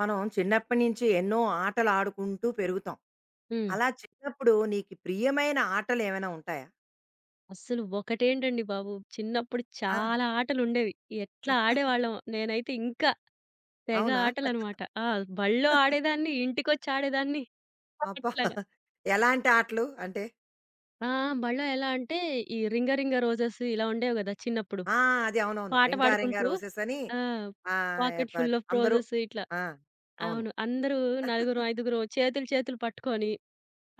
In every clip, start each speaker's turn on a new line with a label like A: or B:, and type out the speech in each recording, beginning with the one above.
A: మనం చిన్నప్పటి నుంచి ఎన్నో ఆటలు ఆడుకుంటూ పెరుగుతాం.
B: హ్మ్.
A: అలా చిన్నప్పుడు నీకు ప్రియమైన ఆటలేమైనా ఉంటాయా?
B: అస్సలు ఒకటేంటండి బాబు! చిన్నప్పుడు
A: ఆ!
B: చాలా ఆటలుండేవి. ఎట్లా ఆడేవాళ్ళం నేనైతే ఇంకా తెగ
A: అవునా?
B: ఆటలనమాట. ఆ! బడిలో ఆడేదాన్ని, ఇంటికొచ్చి ఆడేదాన్ని.
A: అబ్బా!
B: అట్లాగా.
A: ఎలాంటి ఆటలు అంటే?
B: ఆ! బడిలో ఎలా అంటే ఈ 'రింగ రింగ రోజెస్' ఇలా ఉండేవి గదా! చిన్నప్పుడు.
A: ఆ! అది అవునవును.
B: పాట
A: 'రింగా రింగా
B: పాడుకుంటూ
A: రోసెస్' అని
B: ఆ! 'పాకెట్
A: ప
B: ఫుల్ ఆఫ్
A: అందరూ
B: రోజెస్' ఇట్లా.
A: ఆ! అవును.
B: అవును. అందరూ నలుగురం, ఐదుగురం చేతులు చేతులు పట్టుకొని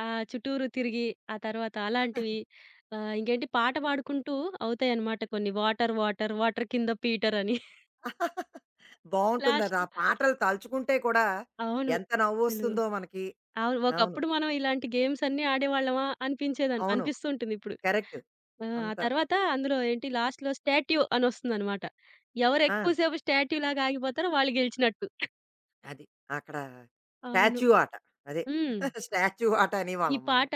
B: ఆ! చుట్టూరు తిరిగి, ఆ తర్వాత అలాంటివి ఇంకేంటి పాట పాడుకుంటూ అవుతాయన్నమాట కొన్ని. వాటర్, వాటర్, వాటర్ కింద పీటర్ అని.
A: బావుంటుందది.
B: లాస్ట్
A: ఆ పాటలు తలుచుకుంటే కూడా
B: అవును.
A: ఎంత
B: అసలు
A: నవ్వొస్తుందో మనకి.
B: అవును.
A: అవును.
B: ఒకప్పుడు మనం ఇలాంటి గేమ్స్ అన్నీ ఆడేవాళ్ళమా అనిపించేదని
A: అవును.
B: అనిపిస్తుంటుంది ఇప్పుడు.
A: కరెక్ట్.
B: ఆ! ఆ
A: అంత
B: తర్వాత అందులో ఏంటి లాస్ట్‌లో స్టాట్యూ అనొస్తుందన్నమాట. ఎవరు
A: ఆ!
B: ఎక్కువ సేపు స్టాట్యూలాగా ఆగిపోతారో వాళ్ళు గెలిచినట్టు.
A: అది. అక్కడ
B: అవును.
A: స్టాచ్యూ ఆట. అదే.
B: హ్మ్.
A: స్టాచ్యూ ఆట
B: ఈ
A: అనేవాళ్ళం మనం.
B: పాట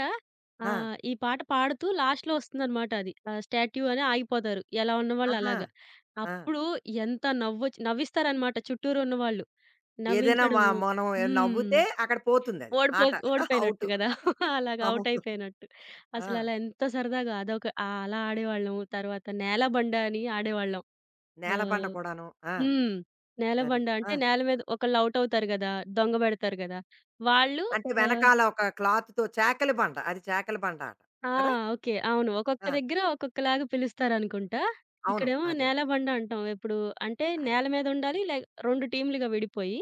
A: ఆ!
B: ఈ పాట పాడుతూ లాస్ట్‌లో వస్తుందనమాట అది. స్టాట్యూ అని ఆగిపోతారు. ఎలా ఉన్నవాళ్ళు
A: ఆహా!
B: అలాగా.
A: ఆ!
B: అప్పుడు ఎంత నవ్వొచ్చి నవ్విస్తారనమాట చుట్టూరు ఉన్నవాళ్ళు.
A: ఏదైనా మ
B: నవ్వించడము.
A: మనం
B: హ్మ్.
A: నవ్వితే అక్కడ పోతుందది
B: ఓడిపో
A: ఆట.
B: ఓడిపోయినట్టు
A: ఔటు.
B: గదా! అలాగా ఔట్
A: అవును.
B: అయిపోయినట్టు.
A: ఆ!
B: అసలలా ఎంత సరదాగా అదొక అలా ఆడేవాళ్ళము. తర్వాత నేలబండ అని ఆడేవాళ్ళం.
A: నేలబండ
B: ఆహ్.
A: కూడాను. ఆ!
B: హ్మ్.
A: అది.
B: నేలబండ అంటే
A: ఆ!
B: నేల మీద ఒకళ్ళు ఔట్ అవుతారు గదా! దొంగ బెడతారు గదా! వాళ్ళు.
A: అంటే
B: ఆహ్.
A: వెనకాల ఒక క్లాత్‌తో చాకిలి బండ. అది చాకిలి బండ ఆట.
B: ఆ!
A: కదా!
B: ఓకే. అవును. ఒక్కొక్క
A: ఆ!
B: దగ్గర ఒక్కొక్కలాగా పిలుస్తారనుకుంటా.
A: అవును.
B: ఇక్కడేమో
A: అదే.
B: నేలబండ అంటాం. ఎప్పుడు అంటే
A: అదే.
B: నేల మీద ఉండాలి. లే 2 టీమ్‌లుగా విడిపోయి,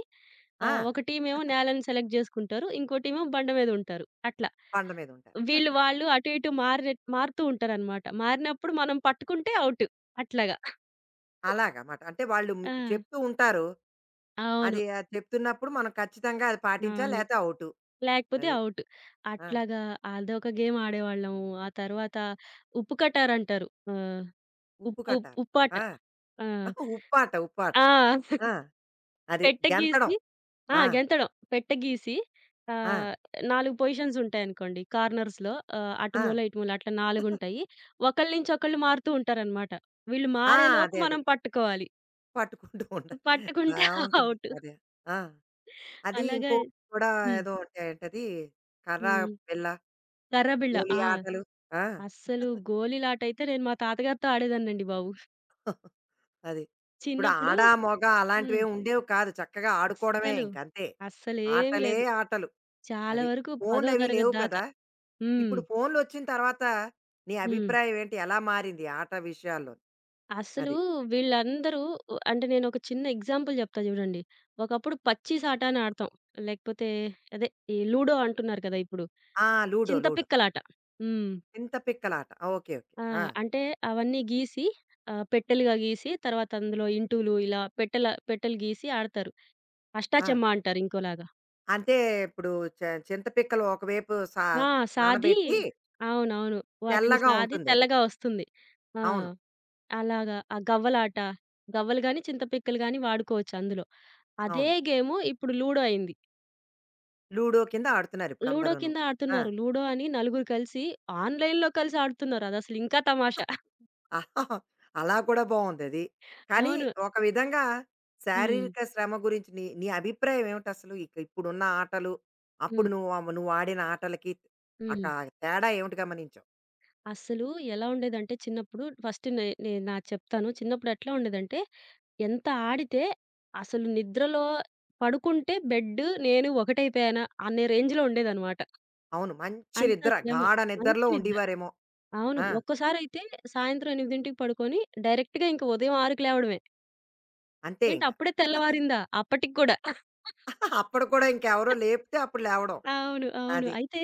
A: ఆ!
B: ఒక టీమేమో నేలని సెలెక్ట్ జేసుకుంటారు. ఇంకో టీమేమో బండ మీద ఉంటారు. అట్లా.
A: బండ మీదుంటారు.
B: వీళ్ళు వాళ్ళు అటు ఇటు మారుతూ ఉంటారనమాట. మారినప్పుడు మనం పట్టుకుంటే ఔటు. అట్లాగా.
A: అలాగమాట. అంటే వాళ్ళు మి
B: ఆ!
A: చెప్తూ ఉంటారు.
B: అవును.
A: అది చెప్తున్నప్పుడు మనం ఖచ్చితంగా అది పాటించాలి.
B: అవును.
A: లేతే ఔటు.
B: లేకపోతే
A: అది.
B: ఔటు.
A: ఆ!
B: అట్లాగా అదొక గేమ్ ఆడేవాళ్ళము. ఆ తర్వాత ఉప్పు కటారంటారు. ఆహ్.
A: ఉప్పు
B: ఉప్పు
A: కట్టారు.
B: ఉప్పాట.
A: ఆ!
B: ఆ!
A: ఉప్పాట. ఉప్పాట.
B: ఆ!
A: ఆ! అది
B: పెట్టె
A: గెంతడం.
B: గీసి. ఆ!
A: ఆ!
B: గెంతడం. పెట్టె గీసి,
A: ఆ!
B: ఆహ్, 4 పొజిషన్స్ ఉంటాయనుకోండి కార్నర్స్‌లో. అటు
A: ఆ!
B: మూల, ఇటు మూల అట్లా 4 ఉంటాయి. ఒకళ్ళ నుంచి ఒకళ్ళు మారుతూ ఉంటారనమాట. వీళ్ళు
A: ఆ!
B: మారేలోపు
A: అదే. అదే.
B: మనం పట్టుకోవాలి.
A: పట్టుకుంటూ ఉండ
B: పట్టుకుంటే
A: బావుంటుంది.
B: ఔట్.
A: అదే. ఆ! అది
B: అలాగా.
A: ఇంకోటి కూడా
B: హ్మ్.
A: ఏదో అంటే ఏంటది కర్ర,
B: హ్మ్.
A: బిళ్ళ,
B: కర్ర బిళ్ళ.
A: గోలీ
B: ఆ!
A: ఆటలు. ఆ!
B: అస్సలు గోలీలాటైతే నేను మా తాతగారితో ఆడేదాన్నండి బాబు.
A: అది. ఇప్పుడు
B: చిన్నప్పుడు.
A: ఆడ, మగ
B: హ్మ్.
A: అలాంటివేం ఉండేవి కాదు. చక్కగా ఆడుకోవడమే
B: అస్సలు.
A: ఇంకంతే.
B: అస్సలేమి
A: ఆటలే
B: లేదు.
A: ఆటలు.
B: చాలా
A: అది.
B: వరకు 10వ
A: ఫోన్లవి
B: తరగతి
A: లేవు
B: దాకా.
A: కదా!
B: హ్మ్.
A: ఇప్పుడు ఫోన్‌లొచ్చిన తర్వాత నీ
B: హ్మ్.
A: అభిప్రాయం ఏంటి? ఎలా మారింది ఆట విషయాల్లో?
B: అసలు
A: అది.
B: వీళ్ళందరూ ఉ అంటే నేనొక చిన్న ఎగ్జాంపుల్ జెప్తా జూడండి. ఒకప్పుడు పచ్చి సాట అని ఆడతాం. లేకపోతే అదే ఈ లూడో అంటున్నారు కదా ఇప్పుడు.
A: ఆ! లూడో.
B: చింతపిక్కలాట. హ్మ్.
A: చింతపిక్కలాట. ఓకే. ఓకే.
B: ఆ!
A: ఆ!
B: అంటే అవన్నీ గీసి, పెట్టెలుగా గీసి తర్వాత అందులో ఇంటులు ఇలా పెట్టెల పెట్టెలు గీసి ఆడతారు.
A: ఆ!
B: అష్టాచెమ్మా అంటారు ఇంకోలాగా.
A: అంటే ఇప్పుడు చ చింతపిక్కలు ఒకవైపు సా
B: ఆ! సాది.
A: నానబెట్టి
B: అవునవును. వాటిని
A: తెల్లగా
B: సాది
A: ఉంటుందది.
B: తెల్లగా వస్తుంది. ఆ!
A: అవును.
B: అలాగా ఆ గవ్వలాట. గవ్వలు గాని, చింతపిక్కలు గాని వాడుకోవచ్చు అందులో. అదే
A: అవును.
B: గేము ఇప్పుడు లూడో అయింది.
A: లూడో కింద ఆడుతున్నారు ఇప్పుడు
B: లూడో
A: అందరూను.
B: కింద
A: ఆ!
B: ఆడుతున్నారు. లూడో అని నలుగురు కలిసి ఆన్‌లైన్‌లో కలిసి ఆడుతున్నారు. అదసలు ఇంకా తమాషా.
A: ఆహా, అలా కూడా బావుందది. కానీ
B: అవును.
A: ఒక విధంగా
B: హ్మ్.
A: శారీరక శ్రమ గురించి నీ నీ అభిప్రాయం ఏమిటసలు? ఇప్పుడున్న ఆటలు,
B: హ్మ్.
A: అప్పుడు నువ్వు ఆడిన ఆటలకి అక
B: హ్మ్.
A: తేడా ఏమిటి గమనించావు?
B: అస్సలు ఎలా ఉండేదంటే చిన్నప్పుడు ఫస్ట్ నేను నాది చెప్తాను. చిన్నప్పుడు ఎట్లా ఉండేదంటే ఎంత ఆడితే అసలు నిద్రలో పడుకుంటే బెడ్ నేను ఒకటైపోయానా అనే రేంజ్‌లో ఉండేదనమాట.
A: అవును. మంచి
B: అంత
A: నిద్ర,
B: శ్రమ.
A: గాఢ
B: మంచి
A: నిద్రలో
B: నిద్ర.
A: ఉండేవారేమో.
B: అవును.
A: ఆ!
B: ఒక్కసారయితే సాయంత్రం 8కి పడుకొని డైరెక్ట్‌గా ఇంక ఉదయం 6కి లేవడమే.
A: అంతే
B: ఏంటి
A: ఇంక.
B: అప్పుడే తెల్లవారిందా? అప్పటికి కూడా.
A: అప్పుడు కూడా ఇంకెవరో లేపితే అప్పుడు లేవడం.
B: అవును. అవును.
A: అది.
B: అయితే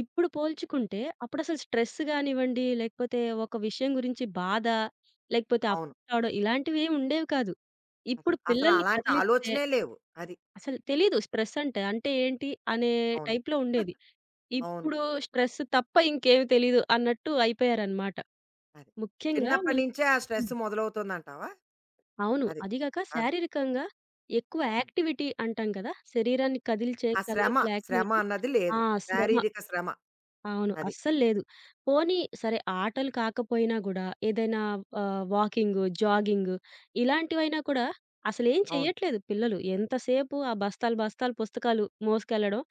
B: ఇప్పుడు పోల్చుకుంటే అప్పుడసలు స్ట్రెస్ గానివ్వండి, లేకపోతే ఒక విషయం గురించి బాధ, లేకపోతే
A: అవును.
B: అప్సెట్ అవ్వడం ఇలాంటివేమి ఉండేవి కాదు.
A: అసలు.
B: ఇప్పుడు పిల్లల్ని
A: అసలలాంటి
B: కదిలిస్తే
A: ఆలోచనే లేవు. అది.
B: అసలు తెలీదు స్ట్రెస్ అంటే, అంటే ఏంటి అనే
A: అవును.
B: టైప్‌లో ఉండేది.
A: అవును.
B: ఇప్పుడు స్ట్రెస్ తప్ప ఇంకేమి తెలీదు అన్నట్టు అయిపోయారనమాట.
A: అది.
B: ముఖ్యంగా మీ.
A: చిన్నప్పటి నుంచే ఆ
B: హ్మ్.
A: స్ట్రెస్ మొదలవుతుందంటావా?
B: అవును.
A: అది.
B: అది గాక
A: అవును.
B: శారీరకంగా ఎక్కువ
A: అవును.
B: యాక్టివిటీ అంటాం కదా! శరీరాన్ని కదిల్చే
A: ఆ శ్రమ,
B: కదలికల
A: శ్రమ
B: యాక్టివిటీ.
A: అన్నది
B: ఆ!
A: లేదు.
B: శ్రమ.
A: శారీరక శ్రమ.
B: అవును.
A: అది.
B: అస్సలు లేదు. పోనీ సరే ఆటలు కాకపోయినా గూడా ఏదైనా, వాకింగు, జాగింగు ఇలాంటివైనా కూడా అసలేం
A: అవును.
B: చెయ్యట్లేదు పిల్లలు. ఎంతసేపు ఆ బస్తాలు, బస్తాలు పుస్తకాలు మోసుకెళ్ళడం,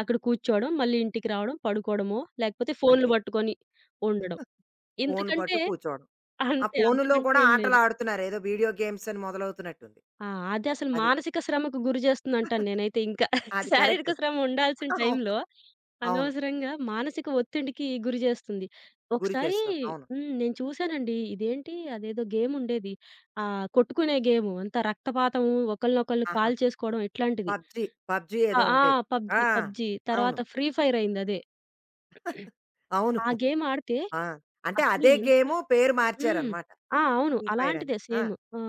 B: అక్కడ కూర్చోవడం, మళ్ళీ ఇంటికి రావడం, పడుకోవడమో లేకపోతే ఫోన్‌లు
A: అంతే.
B: పట్టుకొని ఉండడం.
A: ఫోన్
B: ఇంతకంటే
A: పట్టు కూర్చోవడం. ఆ
B: అంతే.
A: ఫోనులో
B: అంతకంటే
A: కూడా
B: ఏం లేదు.
A: ఆటలాడుతున్నారు. ఏదో వీడియో గేమ్స్ అని మొదలవుతున్నట్టుంది.
B: ఆ! అదసలు
A: అది.
B: మానసిక శ్రమకు గురి చేస్తుందంటాను నేనైతే ఇంకా.
A: అది
B: శారీరక
A: కరెక్ట్.
B: శ్రమ ఉండాల్సిన
A: అవును.
B: టైంలో
A: అవును.
B: అనవసరంగా మానసిక ఒత్తిడికి గురి చేస్తుంది.
A: గురి
B: ఒకసారి.
A: చేస్తుంది. అవును.
B: హ్మ్. నేను చూసానండి. ఇదేంటి అదేదో గేముండేది. కొట్టుకునే గేము. అంతా రక్తపాతము, ఒకళ్ళనొకళ్ళు కాల్
A: ఆహాహా!
B: చేసుకోవడం ఇట్లాంటిది.
A: పబ్‌జీ, పబ్‌జీ
B: ఆ!
A: ఏదో
B: ఆ!
A: ఉండేది.
B: పబ్‌జీ,
A: ఆ!
B: పబ్‌జీ.
A: అవును.
B: తర్వాత ఫ్రీ ఫైర్ అయిందదే.
A: అవును.
B: ఆ గేమ్ ఆడితే
A: ఆ! అంటే
B: అసలు
A: అదే
B: ఎంత.
A: గేము పేరు
B: హ్మ్.
A: మార్చారనమాట.
B: ఆ! అవును.
A: ఫ్రీ ఫైర్ అని.
B: అలాంటిదే
A: ఆ!
B: సేమ్. ఆ!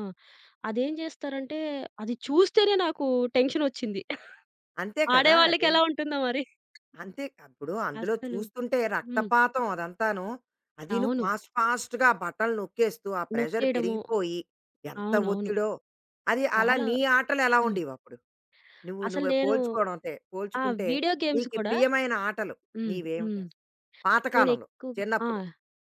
B: అదేం చేస్తారంటే అది చూస్తేనే నాకు టెన్షనొచ్చింది.
A: అంతే కదా! అది.
B: ఆడేవాళ్ళకెలా ఉంటుందో మరి.
A: అంతే అప్పుడు అందులో
B: అస్సలు.
A: చూస్తుంటే
B: హ్మ్.
A: రక్తపాతం అదంతాను. అదీను
B: అవును.
A: ఫాస్ట్‌గా బటన్లు నొక్కేస్తూ ఆ ప్రెషర్
B: నొక్కేయడము.
A: పెరిగిపోయి ఎంత
B: అవునవును.
A: ఒత్తిడో. అది అలా
B: చాలా.
A: నీ ఆటలు ఎలా
B: హ్మ్.
A: ఉండేవప్పుడు? నువ్వు
B: అసలు
A: నువ్వే
B: నేను.
A: పోల్చుకోవడం అంటే
B: ఆ!
A: పోల్చుకుంటే
B: వీడియో గేమ్స్
A: నీకు
B: కూడా.
A: ప్రియమైన ఆటలు
B: హ్మ్.
A: నీవేమిటి
B: హ్మ్.
A: అసలు? పాతకాలంలో
B: నేనెక్కువగా. ఆ!
A: చిన్నప్పుడు.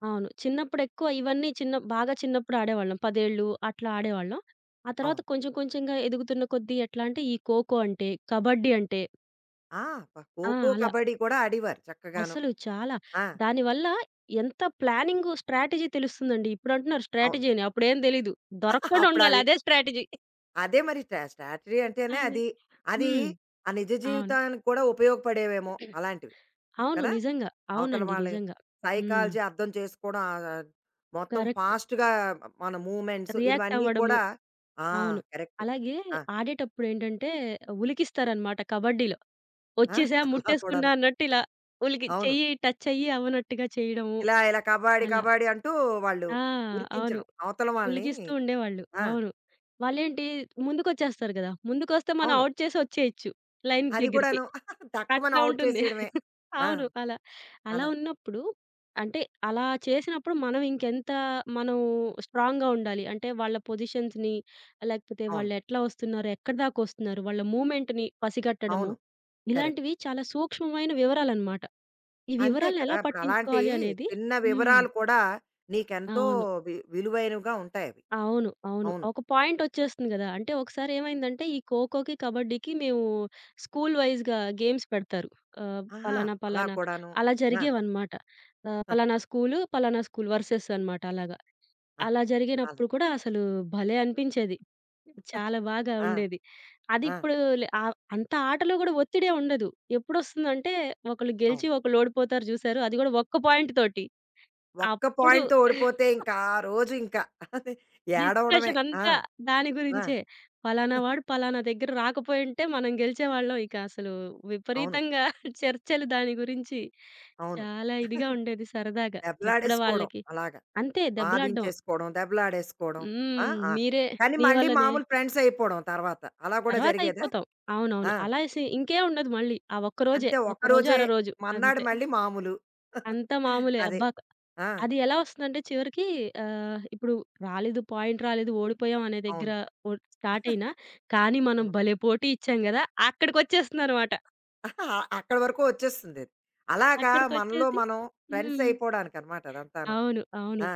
B: అవును. చిన్నప్పుడెక్కువ ఇవన్నీ చిన్న బాగా చిన్నప్పుడు ఆడేవాళ్ళం. 10 ఏళ్ళు అట్లా ఆడేవాళ్ళం. ఆ తర్వాత
A: అవును.
B: కొంచెం కొంచెంగా ఎదుగుతున్న కొద్దీ ఎట్లా అంటే ఈ ఖోఖో అంటే, కబడ్డీ అంటే.
A: ఆ! అబ్బా!
B: ఆ!
A: ఖోఖో,
B: అలా.
A: కబడ్డీ కూడా ఆడేవారు చక్కగాను.
B: అసలు చాలా.
A: ఆ!
B: దానివల్ల ఎంత ప్లానింగు, స్ట్రాటజీ తెలుస్తుందండి. ఇప్పుడు అంటున్నారు
A: అవును.
B: స్ట్రాటజీ అని. అప్పుడేం తెలీదు. దొరకకుండా ఉండాలి.
A: అప్పుడది
B: అదే స్ట్రాటజీ.
A: అదే మరి స్ట్రాటజీ అంటేనే
B: అదే.
A: అది. అది
B: హ్మ్.
A: ఆ నిజ
B: అవును.
A: జీవితానికి కూడా ఉపయోగపడేవేమో అలాంటివి
B: అవును.
A: కదా!
B: నిజంగా.
A: అవతల
B: అవునండి.
A: వాళ్ళవి
B: నిజంగా. హ్మ్.
A: సైకాలజీ అర్థం చేసుకోవడం ఆహ్, ఆహ్, మొత్తం
B: కరెక్ట్.
A: ఫాస్ట్‌గా మన మూవ్‌మెంట్స్
B: రియాక్ట్
A: ఇవన్నీ
B: అవ్వడము.
A: కూడా ఆ!
B: అవును.
A: కరెక్ట్.
B: అలాగే
A: ఆ!
B: ఆడేటప్పుడేంటంటే ఉలికిస్తారనమాట కబడ్డీలో.
A: ఆ!
B: "ఒచ్చేసా,
A: అలా
B: ముట్టేసుకున్నా"
A: కూడాను.
B: అన్నట్టు ఇలా ఉలికి
A: అవును.
B: చెయ్యి టచ్ అయ్యి అవ్వనట్టుగా చేయడము.
A: ఇలా ఇలా కబాడీ,
B: అలా.
A: కబాడీ అంటూ వాళ్ళు
B: ఆ! అవును.
A: ఉరికించడం. అవతల వాళ్ళని
B: ఉలికిస్తూ ఉండేవాళ్ళు.
A: ఆ!
B: అవును. వాళ్ళేంటి ముందుకొచ్చేస్తారు గదా! ముందుకొస్తే మనం
A: అవును.
B: ఔట్ చేసి ఒచ్చేయొచ్చు లైన్
A: అది
B: దగ్గరికి.
A: కూడాను. టక్కుమని
B: అట్లా
A: ఔట్
B: ఉంటుంది.
A: చేసేయడమే. ఆ!
B: అవును. అలా. అలా
A: అలా.
B: ఉన్నప్పుడు అంటే అలా చేసినప్పుడు మనం ఇంకెంత మనం స్ట్రాంగ్‌గా ఉండాలి. అంటే వాళ్ళ పొజిషన్స్‌ని, లేకపోతే
A: అవును.
B: వాళ్ళెట్లా వస్తున్నారు? ఎక్కడిదాకొస్తున్నారు? వాళ్ళ మూవ్‌మెంట్‌ని పసిగట్టడము.
A: అవును. కరెక్ట్.
B: ఇలాంటివి చాలా సూక్ష్మమైన వివరాలనమాట. ఈ
A: అంతే
B: వివరాలను
A: కదా!
B: ఎలా
A: ఇప్పుడు అలాంటి
B: పట్టించుకోవాలి అనేది.
A: చిన్న
B: హ్మ్.
A: వివరాలు కూడా నీకెంతో
B: అవును.
A: వి విలువైనవిగా ఉంటాయవి.
B: అవును. అవును.
A: అవును.
B: ఒక పాయింటొచ్చేస్తుంది గదా! అంటే ఒకసారి ఏమైందంటే ఈ ఖోఖోకి, కబడ్డీకి మేము స్కూల్ వైస్‌గా గేమ్స్ పెడతారు.
A: ఆహా!
B: పలానా,
A: అలా
B: పలానా
A: కూడాను.
B: అలా
A: ఆ!
B: జరిగేవన్నమాట. పలానా స్కూలు, పలానా స్కూలు వర్సెస్ అన్నమాట అలాగా.
A: ఆహా!
B: అలా
A: అలా.
B: జరిగినప్పుడు కూడా అసలు భలే అనిపించేది. చాలా బాగా
A: ఆ!
B: ఉండేది.
A: ఆ!
B: అదిప్పుడు లే, అంత ఆటలో గూడా ఒత్తిడే ఉండదు. ఎప్పుడొస్తుందంటే ఒకళ్ళు గెలిచి
A: అవును.
B: ఒకళ్ళు ఓడిపోతారు జూసారు అది గూడా ఒక్క పాయింట్ తోటి.
A: ఒక్క
B: అప్పుడు
A: పాయింట్‌తో ఓడిపోతే ఇంకా ఆ రోజు ఇంకా అదే ఏడవడమే.
B: డిస్కషన్
A: ఆ!
B: అంతా దాని
A: ఆ!
B: గురించే. పలానా వాడు పలానా దగ్గర రాకపోయుంటే మనం గెలిచేవాళ్ళం. ఇక అసలు
A: అవును.
B: విపరీతంగా చర్చలు దాని గురించి
A: అవును.
B: చాలా ఇదిగా ఉండేది సరదాగా. ఇప్పుడు
A: దెబ్బలాడేసుకోవడం
B: వాళ్ళకి
A: అలాగా.
B: అంతే దెబ్బలాడ్డం.
A: వాదించేసుకోవడం, దెబ్బలాడేసుకోవడం. ఆ!
B: హ్మ్.
A: ఆ!
B: మీరే
A: కానీ
B: నీ
A: మళ్ళీ
B: వల్లనే
A: మామూలు ఫ్రెండ్సయిపోవడం తర్వాత. అలా కూడా
B: తర్వాత
A: జరిగేదా?
B: అయిపోతాం. అవునవును.
A: ఆ!
B: అలా అనేసి ఇంకేం ఉండదు మళ్ళీ. ఆ ఒక్కరోజే.
A: అంతే
B: ఒక్కరోజు
A: ఒకరోజే.
B: అరరోజు
A: మర్నాడు
B: అంతే.
A: మళ్ళీ మామూలు.
B: అంతా మామూలే.
A: అదే.
B: అబ్బా!
A: ఆ!
B: అది ఎలా వస్తుందంటే చివరికి, ఇప్పుడు రాలేదు, పాయింట్ రాలేదు, ఓడిపోయాం అనే దగ్గర
A: అవును.
B: ఓడ్ స్టార్ట్ అయినా, కానీ మనం
A: అవును.
B: భలే పోటీ ఇచ్చాం గదా! అక్కడికొచ్చేస్తుందనమాట.
A: ఆహా, అక్కడి వరకు వచ్చేస్తుందది. అలాగా మనలో
B: అక్కడికొచ్చేసి.
A: మనం ఫ్రెండ్స్
B: హ్మ్.
A: అయిపోవడానికనమాట అదంతాను.
B: అవును. అవును.
A: ఆ!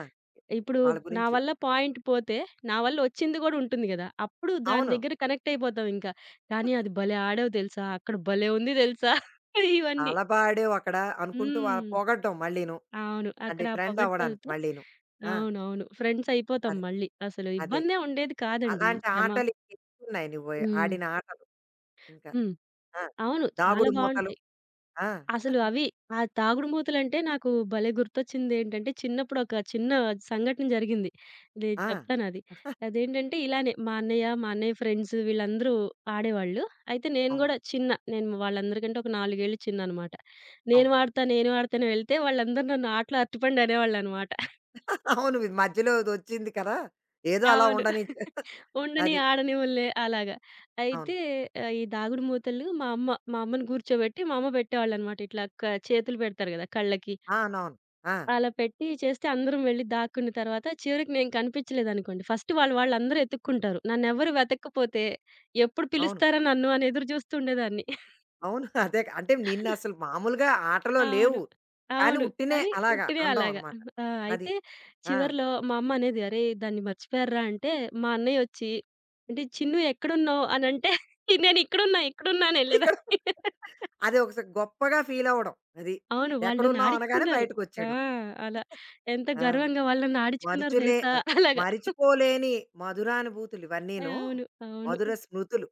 B: ఇప్పుడు
A: వాళ్ళ
B: నా
A: గురించి.
B: వల్ల పాయింట్ పోతే, నా వల్ల ఒచ్చింది గూడా ఉంటుంది గదా! అప్పుడు దాని
A: అవును.
B: దగ్గర కనెక్ట్ అయిపోతాం ఇంకా. కానీ అది భలే ఆడావు తెలుసా! అక్కడ భలే ఉంది తెలుసా! ఇవన్నీ.
A: చాలా బా ఆడావు అక్కడ అనుకుంటూ వాళ్ళ
B: హ్మ్.
A: పొగడ్డం మళ్ళీను.
B: అవును.
A: అంటే
B: అక్కడ ఆ
A: ఫ్రెండ్ అవ్వడానికి
B: పొగడ్తలతో
A: మళ్ళీను. ఆ!
B: అవునవును. ఫ్రెండ్స్ అయిపోతాం
A: అదే.
B: మళ్ళీ. అసలు
A: అదే.
B: ఇబ్బందే ఉండేది కాదండి.
A: అలాంటి
B: శ్రమ.
A: ఆటలు ఇంకెన్నున్నాయి నువ్వు
B: హ్మ్.
A: ఆడిన ఆటలు ఇంకా?
B: హ్మ్.
A: ఆ!
B: అవును. చాలా
A: దాగుడు మూతలు.
B: బావుంటాయి.
A: ఆ!
B: అసలు అవి ఆ తాగుడుమూతలంటే నాకు భలే గుర్తొచ్చిందేంటంటే, చిన్నప్పుడు ఒక చిన్న సంఘటన జరిగింది. నేను
A: ఆ!
B: చెప్తానది. అదేంటంటే ఇలానే మా అన్నయ్య, మా అన్నయ్య ఫ్రెండ్స్ వీళ్ళందరూ ఆడేవాళ్ళు. అయితే నేను
A: అవును.
B: గూడా చిన్న. నేను వాళ్ళందరికంటే ఒక 4 ఏళ్ళు చిన్ననమాట. నేను
A: అవును.
B: ఆడతా, నేను ఆడతా అని వెళ్తే వాళ్ళందరూ నన్ను ఆటలో అరటిపండు అనేవాళ్ళనమాట.
A: అవును. ఇది మధ్యలో ఇదొచ్చింది కదా! ఏదో అలా
B: అవును.
A: ఉండనిచ్చారు.
B: ఉండని
A: అది.
B: ఆడనివ్వలే అలాగా.
A: అవును.
B: అయితే, ఈ దాగుడు మూతలు మా అమ్మని కూర్చోబెట్టి మా అమ్మ పెట్టేవాళ్ళనమాట. ఇట్లా క చేతులు పెడతారు గదా! కళ్ళకి.
A: ఆ, అవునవును. ఆ!
B: అలా పెట్టి చేస్తే అందరం వెళ్లి దాక్కున్న తర్వాత చివరికి నేను కనిపించలేదనుకోండి, ఫస్ట్ వాళ్ళు వాళ్ళందరూ ఎతుక్కుంటారు. నన్నెవరు వెతక్కపోతే ఎప్పుడు
A: అవును.
B: పిలుస్తారా నన్ను అని ఎదురు చూస్తూ ఉండేదాన్ని.
A: అవును. అదే క- అంటే నిన్నసలు మామూలుగా ఆటలో
B: అవును.
A: లేవు. కానీ
B: అవును.
A: ఉట్టినే
B: కానీ
A: అలాగా
B: ఉట్టినే
A: అనడం
B: అలాగా.
A: అనమాట.
B: ఆ!
A: అది.
B: అయితే
A: ఆ!
B: చివర్లో మా అమ్మ అనేది, "అరేయ్! దాన్ని మర్చిపోయార్రా" అంటే, మా అన్నయ్యొచ్చి, "అంటే చిన్ను ఎక్కడున్నావు?" అనంటే, "నేనిక్కడున్నా, ఇక్కడున్నా" అని
A: ఇక్కడ
B: ఎళ్ళేదాన్ని.
A: అది ఒకసారి గొప్పగా ఫీలవ్వడం. అది.
B: అవును. వాళ్ళు నన్ను
A: ఎక్కడున్నాం అనగానే
B: ఆడించుకున్నారు. ఆ!
A: బయటకొచ్చేయడం.
B: అలా. ఎంత
A: ఆ!
B: గర్వంగా వాళ్ళు నన్ను ఆడించుకున్నారు
A: మరుచులే
B: తెలుసా? అలాగా.
A: మరిచిపోలేని మధురానుభూతులు ఇవన్నీను.
B: అవును. అవును.
A: మధుర స్మృతులు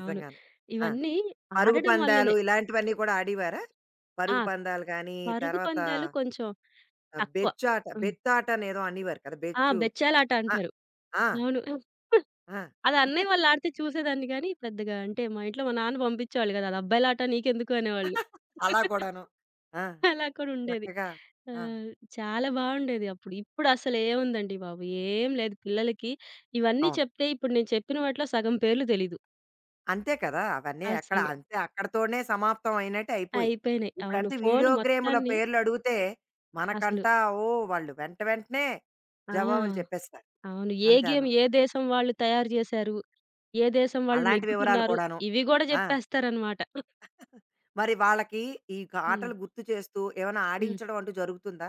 B: అవును.
A: ఆ!
B: ఇవన్నీ
A: పరుగు
B: ఆడడం
A: పందాలు
B: వల్లనే.
A: ఇలాంటివన్నీ కూడా ఆడేవారా?
B: ఆ!
A: పరుగు పందాలు గానీ,
B: పరుగు
A: తర్వాత
B: పందాలు కొంచెం తక్కువ.
A: బెచ్చాట
B: హ్మ్.
A: బెత్తాట అనేదో అనేవారు కదా!
B: ఆ!
A: బెచ్చు.
B: బెచ్చాలాట
A: ఆ!
B: అంటారు.
A: ఆ!
B: అవును.
A: ఆ!
B: అది అన్నయ్య వాళ్ళు ఆడితే చూసేదాన్ని గానీ, పెద్దగా అంటే మా ఇంట్లో మా నాన్న పంపించేవాళ్ళు గాదు. "అది అబ్బాయిలాట నీకెందుకు" అనేవాళ్ళు.
A: అలా కూడాను. ఆ!
B: అలా కూడా ఉండేది.
A: చక్కగా ఆ!
B: ఆహ్. చాలా బావుండేది అప్పుడు. ఇప్పుడసలు ఏముందండి బాబు! ఏం లేదు పిల్లలకి. ఇవన్నీ
A: అవును.
B: చెప్తే ఇప్పుడు నేను చెప్పిన వాటిలో సగం పేర్లు తెలీదు.
A: అంతే కదా! అవన్నీ ఎక్కడ
B: అసలు.
A: అంతే అక్కడితోనే సమాప్తం అయినట్టు అయిపోయాయి.
B: అయిపోయినాయి. అవును.
A: ఇప్పుడంటే
B: ఫోను
A: వీడియో గేముల
B: మొత్తాన్ని
A: పేర్లు అడిగితే
B: అసలు.
A: మనకంటా ఓ వాళ్ళు వెంటనే
B: ఆ!
A: జవాబులు చెప్పేస్తారు.
B: అవును. ఏ గేమ్
A: అంతాను.
B: ఏ దేశం వాళ్ళు తయారు జేశారు, ఏ దేశం వాళ్ళు
A: అలాంటి వివరాలు
B: నెగ్గుతున్నారు,
A: కూడాను.
B: ఇవి గూడా
A: ఆ!
B: జెప్పేస్తారనమాట.
A: మరి వాళ్ళకి ఈ క
B: హ్మ్.
A: ఆటలు గుర్తు చేస్తూ ఏమైనా
B: హ్మ్.
A: ఆడించడం అంటూ జరుగుతుందా?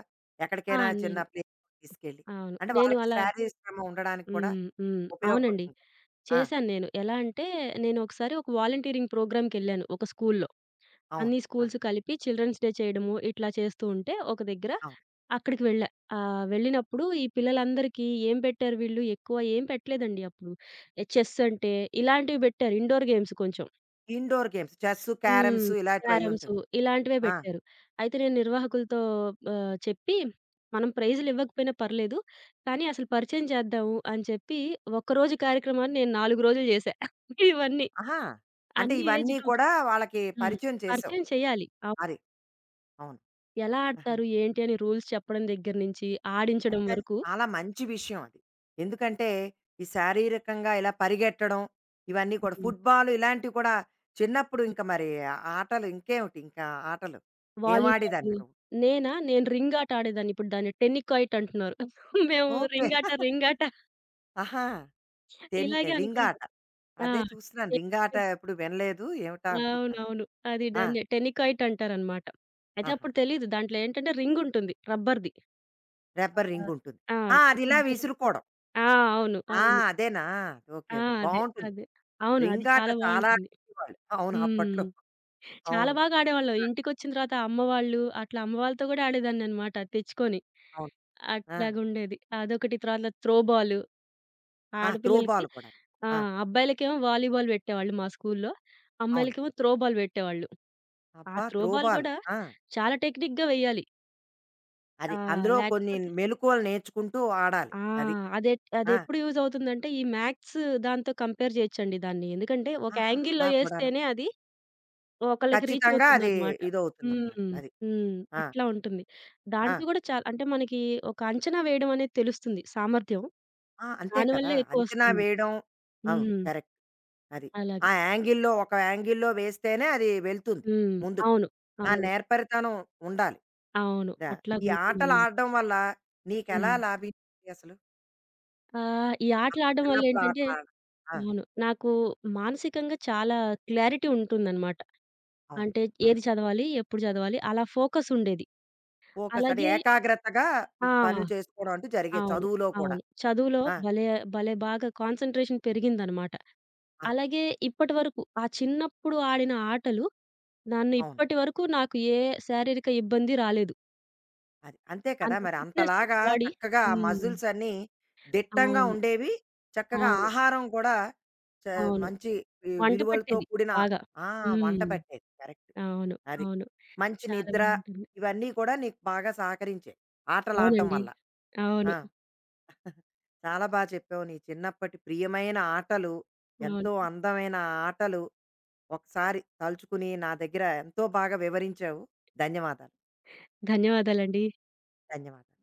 B: ఆ!
A: ఎక్కడికైనా చిన్న
B: నేను.
A: ప్లేస్‌కి తీసుకెళ్ళి?
B: అవును.
A: అంటే
B: నేను
A: వాళ్ళకి
B: అలా.
A: శారీరక శ్రమ ఉండడానికి కూడా
B: హ్మ్. హ్మ్. అవునండి.
A: ఉపయోగపడుతుంది. ఆ!
B: చేశాను నేను. ఎలా అంటే, నేనొకసారి ఒక వాలంటీరింగ్ ప్రోగ్రామ్‌కెళ్ళాను ఒక స్కూల్‌లో.
A: అవును.
B: అన్ని
A: ఆ!
B: స్కూల్స్ కలిపి చిల్డ్రన్స్ డే చేయడము, ఇట్లా చేస్తూ ఉంటే ఒక దగ్గర
A: అవును.
B: అక్కడికి వెళ్ళా. వెళ్ళినప్పుడు ఈ పిల్లలందరికీ ఏం పెట్టారు వీళ్ళు ఎక్కువ ఏం పెట్టలేదండి అప్పుడు. చెస్ అంటే ఇలాంటివి పెట్టారు. ఇండోర్ గేమ్స్ కొంచెం.
A: ఇండోర్ గేమ్స్ చెస్సు,
B: హ్మ్.
A: క్యారమ్స్ ఇలాంటివి
B: క్యారమ్సు
A: అయ్యుంటుంది.
B: ఇలాంటివే
A: ఆ!
B: బెట్టారు. అయితే నేను నిర్వాహకులతో, చెప్పి మనం ప్రైజులివ్వకపోయినా పర్లేదు. కానీ అసలు పరిచయం చేద్దాము అని చెప్పి ఒక్కరోజు కార్యక్రమాన్ని నేను 4 రోజులు జేశా. ఇవన్నీ.
A: ఆహా! అంటే
B: అన్ని ఏజ్
A: ఇవన్నీ
B: గ్రూప్స్.
A: కూడా వాళ్ళకి
B: హ్మ్.
A: పరిచయం చేసావు.
B: పరిచయం చేయాలి. అవ్.
A: అది. అవును.
B: ఎలా
A: ఆహా!
B: ఆడతారు? ఏంటి? అని రూల్స్ చెప్పడం దగ్గర నుంచి
A: అది
B: ఆడించడం
A: అది
B: వరకు.
A: చాలా మంచి విషయం అది. ఎందుకంటే ఈ శారీరకంగా ఇలా పరిగెట్టడం ఇవన్నీ కూడా
B: హ్మ్.
A: ఫుట్‌బాల్ ఇలాంటివి కూడా చిన్నప్పుడు
B: హ్మ్.
A: ఇంకా మరి ఆ ఆటలు ఇంకేమిటి ఇంకా ఆటలు? ఏం
B: వాలీబాలు.
A: ఆడేదానివి నువ్వు?
B: నేనా? నేను రింగ్ ఆట ఆడేదాన్ని. ఇప్పుడు దాన్ని టెన్నికాయిట్ అంటున్నారు. మేము
A: ఓకే.
B: రింగ్ ఆట, రింగ్ ఆట
A: ఆహా! టెన్
B: ఇలాగే
A: రింగ్ ఆట.
B: అనుకుంటాం. ఆ!
A: అదే చూస్తున్నాను రింగ్ ఆట ఎప్పుడు వినలేదు ఏమిటా అనుకుంటున్నాను.
B: అవునవును. అది
A: ఆ!
B: దాన్ని టెనికాయిట్ అంటారనమాట. అయితే
A: ఆహా!
B: అప్పుడు తెలీదు. దాంట్లో ఏంటంటే రింగుంటుంది రబ్బర్‌ది.
A: రబ్బర్
B: అబ్బా!
A: రింగ్ ఉంటుంది.
B: ఆ!
A: ఆ! అది ఇలా
B: ప్రతిద్దరు.
A: విసురుకోవడం.
B: ఆ! అవును.
A: ఆ!
B: అవును.
A: అదేనా? ఓకే.
B: ఆ!
A: ఓకే.
B: అదే.
A: బావుంటుంది.
B: అదే. అవును. అది
A: రింగ్ ఆట
B: చాలా
A: చాలా
B: బావుంటుంది.
A: ఆడేవాళ్ళు. అవును
B: హ్మ్.
A: అప్పట్లో.
B: చాలా
A: అవును.
B: బాగా ఆడేవాళ్ళం.
A: ఆ!
B: ఇంటికొచ్చిన తర్వాత అమ్మ వాళ్ళు, అట్లా అమ్మ వాళ్ళతో గూడా ఆడేదాన్ననమాట తెచ్చుకొని.
A: అవును. ఆ!
B: అట్లాగుండేది. అదొకటి. తర్వాత త్రో బాలు
A: ఆ! త్రో
B: ఆడపిల్లలకి.
A: బాల్ కూడా.
B: ఆ!
A: ఆ!
B: అబ్బాయిలకేమో వాలీబాల్ పెట్టేవాళ్ళు మా స్కూల్లో.
A: అవును.
B: అమ్మాయిలకేమో త్రో బాల్ పెట్టేవాళ్ళు. ఆ
A: అబ్బా!
B: Throw
A: throw
B: ball
A: ball.
B: గూడా
A: ఆ!
B: చాలా టెక్నిక్‌గా వెయ్యాలి. ఆ!
A: అది అందులో కొన్ని
B: లేకపోతే.
A: మెలుకువలు నేర్చుకుంటూ ఆడాలి.
B: ఆ!
A: అది.
B: అదెట్
A: ఆ!
B: అదెప్పుడు యూజ్ అవుతుందంటే, ఈ మ్యాథ్స్ దాంతో కంపేర్ చేయొచ్చండి దాన్ని. ఎందుకంటే, ఒక
A: ఆహాహా!
B: యాంగిల్‌లో
A: అలా కూడాను.
B: ఏస్తేనే అది ఒకళ్ళకి రీచ్
A: ఖచ్చితంగా అది
B: అవుతుందనమాట.
A: ఇదవుతుందనమాట.
B: హ్మ్.
A: అది.
B: హ్మ్.
A: ఆ!
B: అట్లా ఉంటుంది. దాంట్లో
A: ఆ!
B: గూడా చాలా అంటే, మనకి ఒక అంచనా వేయడం అనేది తెలుస్తుంది సామర్థ్యం.
A: ఆ! అంతే కదా!
B: దానివల్లే
A: అంచనా
B: ఎక్కువొస్తుంది.
A: వేయడం అవును.
B: హ్మ్.
A: కరెక్ట్. అది.
B: అలాగా.
A: ఆ యాంగిల్‌లో ఒక యాంగిల్‌లో వేస్తేనే అది వెళ్తుంది
B: హ్మ్.
A: ముందుకు.
B: అవును.
A: ఆ
B: అవును.
A: నేర్పరితనం ఉండాలి.
B: అవును.
A: ద ఈ ఆటలు
B: అట్లాగుంటుందనమాట.
A: ఆడడం వల్ల నీకెలా
B: హ్మ్.
A: లాభించింది అసలు?
B: ఈ
A: అప్పుడు
B: ఆటలాడడం
A: చిన్నప్పుడు
B: వల్లేంటంటే
A: ఆటలాడడం? ఆ!
B: అవును. నాకు మానసికంగా చాలా క్లారిటీ ఉంటుందనమాట.
A: అవును.
B: అంటే
A: ఆ!
B: ఏది చదవాలి? ఎప్పుడు చదవాలి? అలా ఫోకస్ ఉండేది.
A: ఫోకస్ అంటే
B: అలాగే.
A: ఏకాగ్రతగా
B: ఆ!
A: పనులు చేసుకోవడం అంటూ జరిగేది
B: అవును.
A: చదువులో కూడా.
B: అవును. చదువులో
A: ఆ!
B: భలే భలే బాగా కాన్సంట్రేషన్ పెరిగిందనమాట.
A: ఆ!
B: అలాగే ఇప్పటి వరకు ఆ చిన్నప్పుడు ఆడిన ఆటలు నన్ను
A: అవును.
B: ఇప్పటి వరకు నాకు ఏ శారీరక ఇబ్బంది రాలేదు.
A: అది. అంతే కదా!
B: అంత
A: మరి
B: ఫిట్‌నెస్
A: అంతలాగా
B: బాడీ.
A: చక్కగా ఆ
B: హ్మ్.
A: మజిల్స్ అన్నీ దిట్టంగా
B: అవును.
A: ఉండేవి. చక్కగా
B: అవును.
A: ఆహారం కూడా చ
B: అవును.
A: మంచి వి
B: వంట
A: విలువలతో
B: పట్టేది
A: కూడిన
B: బాగా.
A: ఆ! వంట
B: హ్మ్.
A: పట్టేది. కరెక్ట్.
B: అవును.
A: అది.
B: అవును.
A: మంచి
B: చాలా
A: నిద్ర
B: బావుంటుంది.
A: ఇవన్నీ కూడా నీకు బాగా సహకరించాయి. ఆటలాడడం
B: అవునండి.
A: వల్ల.
B: అవును.
A: ఆ! చాలా బా చెప్పావు. నీ చిన్నప్పటి ప్రియమైన ఆటలు,
B: అవును.
A: ఎంతో అందమైన ఆటలు ఒకసారి తలుచుకుని నా దగ్గర ఎంతో బాగా వివరించావు. ధన్యవాదాలు.
B: ధన్యవాదాలండి.
A: ధన్యవాదాలు.